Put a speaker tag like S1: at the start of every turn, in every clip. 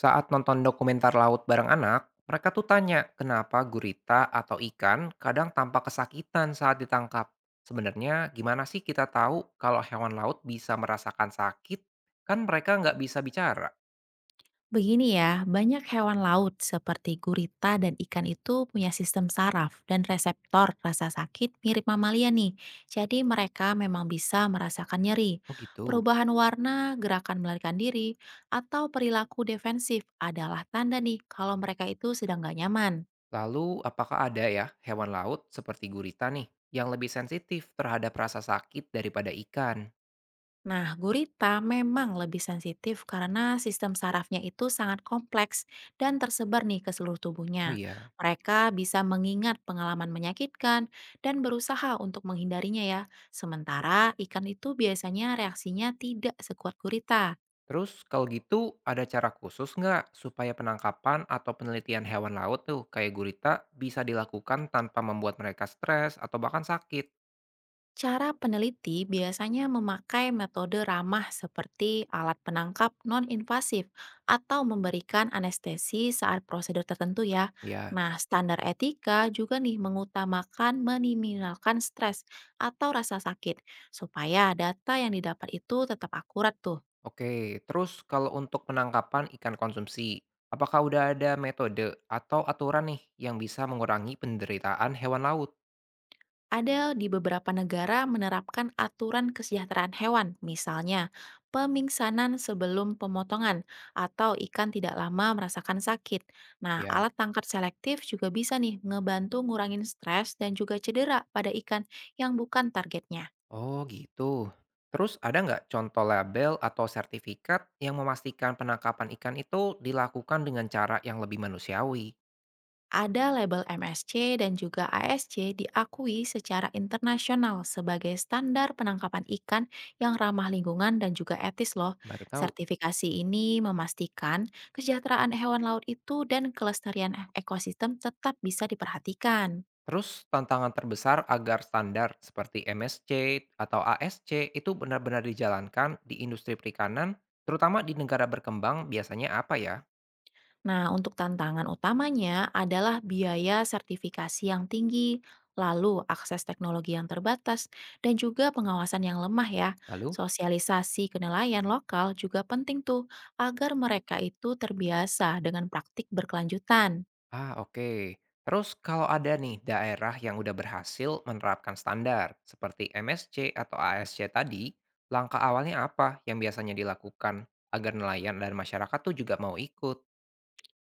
S1: Saat nonton dokumenter laut bareng anak, mereka tuh tanya kenapa gurita atau ikan kadang tampak kesakitan saat ditangkap. Sebenarnya gimana sih kita tahu kalau hewan laut bisa merasakan sakit? Kan mereka nggak bisa bicara.
S2: Begini ya, banyak hewan laut seperti gurita dan ikan itu punya sistem saraf dan reseptor rasa sakit mirip mamalia nih. Jadi mereka memang bisa merasakan nyeri.
S1: Oh gitu.
S2: Perubahan warna, gerakan melarikan diri, atau perilaku defensif adalah tanda nih kalau mereka itu sedang nggak nyaman.
S1: Lalu apakah ada ya hewan laut seperti gurita nih yang lebih sensitif terhadap rasa sakit daripada ikan?
S2: Nah, gurita memang lebih sensitif karena sistem sarafnya itu sangat kompleks dan tersebar nih ke seluruh tubuhnya.
S1: Oh iya.
S2: Mereka bisa mengingat pengalaman menyakitkan dan berusaha untuk menghindarinya ya. Sementara ikan itu biasanya reaksinya tidak sekuat gurita.
S1: Terus kalau gitu ada cara khusus nggak supaya penangkapan atau penelitian hewan laut tuh kayak gurita bisa dilakukan tanpa membuat mereka stres atau bahkan sakit?
S2: Cara peneliti biasanya memakai metode ramah seperti alat penangkap non-invasif atau memberikan anestesi saat prosedur tertentu ya.
S1: Ya.
S2: Nah, standar etika juga nih mengutamakan minimalkan stres atau rasa sakit supaya data yang didapat itu tetap akurat tuh.
S1: Oke, terus kalau untuk penangkapan ikan konsumsi, apakah udah ada metode atau aturan nih yang bisa mengurangi penderitaan hewan laut?
S2: Ada di beberapa negara menerapkan aturan kesejahteraan hewan, misalnya pemingsanan sebelum pemotongan atau ikan tidak lama merasakan sakit. Nah,
S1: Ya.
S2: alat tangkap selektif juga bisa nih ngebantu ngurangin stres dan juga cedera pada ikan yang bukan targetnya.
S1: Oh gitu. Terus ada nggak contoh label atau sertifikat yang memastikan penangkapan ikan itu dilakukan dengan cara yang lebih manusiawi?
S2: Ada label MSC dan juga ASC diakui secara internasional sebagai standar penangkapan ikan yang ramah lingkungan dan juga etis loh.
S1: Baru tahu.
S2: Sertifikasi ini memastikan kesejahteraan hewan laut itu dan kelestarian ekosistem tetap bisa diperhatikan.
S1: Terus tantangan terbesar agar standar seperti MSC atau ASC itu benar-benar dijalankan di industri perikanan, terutama di negara berkembang biasanya apa ya?
S2: Nah, untuk tantangan utamanya adalah biaya sertifikasi yang tinggi, lalu akses teknologi yang terbatas, dan juga pengawasan yang lemah ya.
S1: Lalu,
S2: Sosialisasi kenelayan lokal juga penting tuh, agar mereka itu terbiasa dengan praktik berkelanjutan.
S1: ah, oke. Terus kalau ada nih daerah yang udah berhasil menerapkan standar seperti MSC atau ASC tadi, langkah awalnya apa yang biasanya dilakukan agar nelayan dan masyarakat tuh juga mau ikut?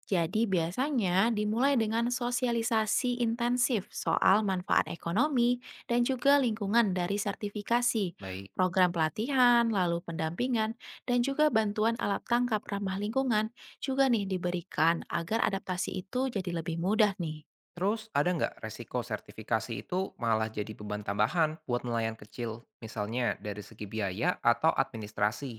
S2: Jadi biasanya dimulai dengan sosialisasi intensif soal manfaat ekonomi dan juga lingkungan dari sertifikasi,
S1: Baik.
S2: program pelatihan, lalu pendampingan, dan juga bantuan alat tangkap ramah lingkungan juga nih diberikan agar adaptasi itu jadi lebih mudah nih.
S1: Terus ada nggak resiko sertifikasi itu malah jadi beban tambahan buat nelayan kecil, misalnya dari segi biaya atau administrasi,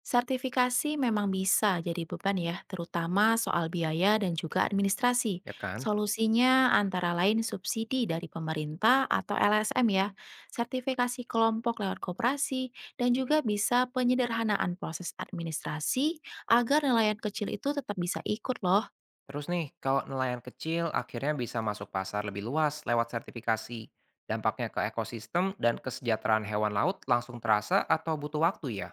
S2: Sertifikasi memang bisa jadi beban ya, terutama soal biaya dan juga administrasi.
S1: ya kan?
S2: Solusinya antara lain subsidi dari pemerintah atau LSM ya, sertifikasi kelompok lewat koperasi, dan juga bisa penyederhanaan proses administrasi agar nelayan kecil itu tetap bisa ikut loh.
S1: Terus nih, kalau nelayan kecil akhirnya bisa masuk pasar lebih luas lewat sertifikasi, dampaknya ke ekosistem dan kesejahteraan hewan laut langsung terasa atau butuh waktu ya?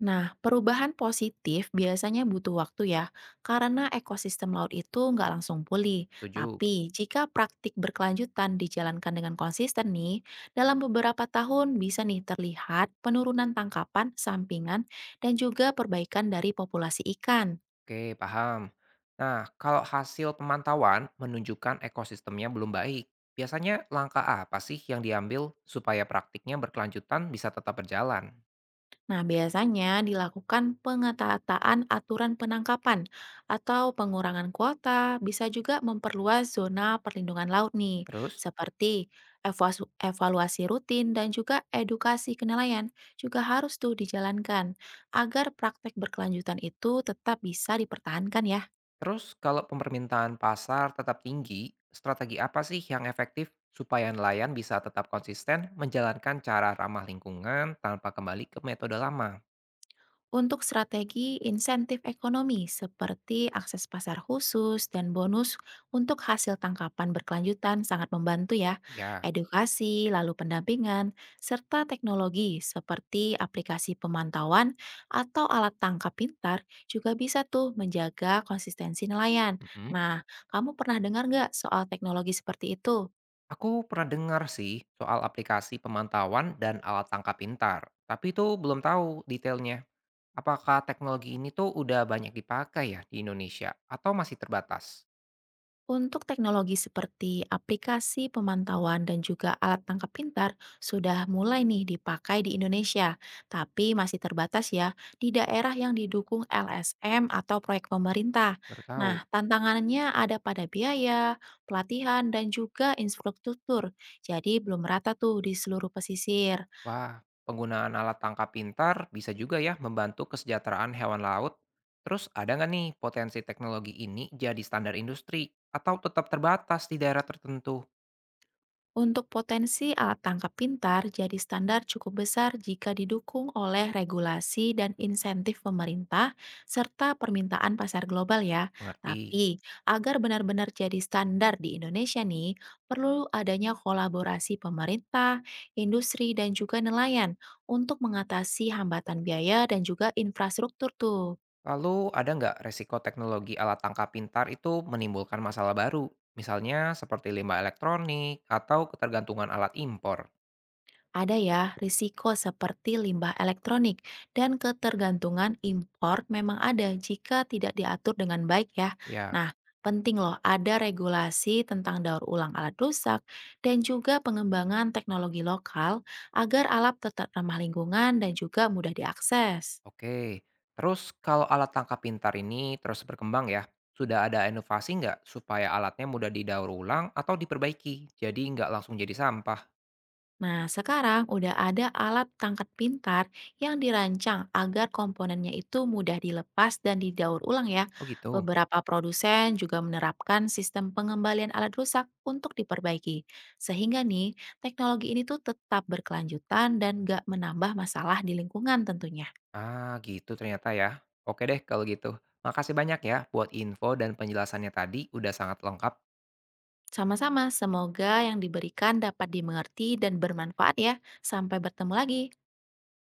S2: Nah, perubahan positif biasanya butuh waktu ya, karena ekosistem laut itu nggak langsung pulih.
S1: Setuju.
S2: Tapi, jika praktik berkelanjutan dijalankan dengan konsisten nih, dalam beberapa tahun bisa nih terlihat penurunan tangkapan, sampingan, dan juga perbaikan dari populasi ikan.
S1: Oke, paham. Nah, kalau hasil pemantauan menunjukkan ekosistemnya belum baik, biasanya langkah apa sih yang diambil supaya praktiknya berkelanjutan bisa tetap berjalan?
S2: Nah, biasanya dilakukan pengetataan aturan penangkapan atau pengurangan kuota, bisa juga memperluas zona perlindungan laut nih,
S1: Terus,
S2: seperti evaluasi rutin dan juga edukasi kenelayan juga harus tuh dijalankan agar praktek berkelanjutan itu tetap bisa dipertahankan ya.
S1: terus kalau permintaan pasar tetap tinggi, strategi apa sih yang efektif supaya nelayan bisa tetap konsisten menjalankan cara ramah lingkungan tanpa kembali ke metode lama?
S2: Untuk strategi insentif ekonomi seperti akses pasar khusus dan bonus untuk hasil tangkapan berkelanjutan sangat membantu ya.
S1: Ya,
S2: Edukasi, lalu pendampingan, serta teknologi seperti aplikasi pemantauan atau alat tangkap pintar juga bisa tuh menjaga konsistensi nelayan.
S1: mm-mm.
S2: Nah, kamu pernah dengar nggak soal teknologi seperti itu?
S1: Aku pernah dengar sih soal aplikasi pemantauan dan alat tangkap pintar, tapi itu belum tahu detailnya. Apakah teknologi ini tuh udah banyak dipakai ya di Indonesia atau masih terbatas?
S2: Untuk teknologi seperti aplikasi pemantauan dan juga alat tangkap pintar sudah mulai nih dipakai di Indonesia, tapi masih terbatas ya di daerah yang didukung LSM atau proyek pemerintah.
S1: Baru tahu.
S2: Nah, tantangannya ada pada biaya, pelatihan, dan juga infrastruktur. Jadi belum merata tuh di seluruh pesisir.
S1: Wah, penggunaan alat tangkap pintar bisa juga ya membantu kesejahteraan hewan laut. Terus ada nggak nih potensi teknologi ini jadi standar industri atau tetap terbatas di daerah tertentu?
S2: Untuk potensi alat tangkap pintar jadi standar cukup besar jika didukung oleh regulasi dan insentif pemerintah serta permintaan pasar global ya.
S1: Mengerti.
S2: Tapi agar benar-benar jadi standar di Indonesia nih, perlu adanya kolaborasi pemerintah, industri dan juga nelayan untuk mengatasi hambatan biaya dan juga infrastruktur tuh.
S1: Lalu ada nggak resiko teknologi alat tangkap pintar itu menimbulkan masalah baru? Misalnya seperti limbah elektronik atau ketergantungan alat impor?
S2: Ada ya, risiko seperti limbah elektronik dan ketergantungan impor memang ada jika tidak diatur dengan baik ya.
S1: Ya.
S2: Nah, penting loh ada regulasi tentang daur ulang alat rusak dan juga pengembangan teknologi lokal agar alat tetap ramah lingkungan dan juga mudah diakses.
S1: Oke, terus kalau alat tangkap pintar ini terus berkembang ya, sudah ada inovasi nggak supaya alatnya mudah didaur ulang atau diperbaiki, jadi nggak langsung jadi sampah?
S2: Nah, sekarang udah ada alat tangkat pintar yang dirancang agar komponennya itu mudah dilepas dan didaur ulang ya.
S1: Oh gitu.
S2: Beberapa produsen juga menerapkan sistem pengembalian alat rusak untuk diperbaiki. Sehingga nih, teknologi ini tuh tetap berkelanjutan dan gak menambah masalah di lingkungan tentunya.
S1: Ah gitu ternyata ya. Oke deh kalau gitu. Makasih banyak ya buat info dan penjelasannya tadi udah sangat lengkap.
S2: Sama-sama, semoga yang diberikan dapat dimengerti dan bermanfaat ya. Sampai bertemu lagi.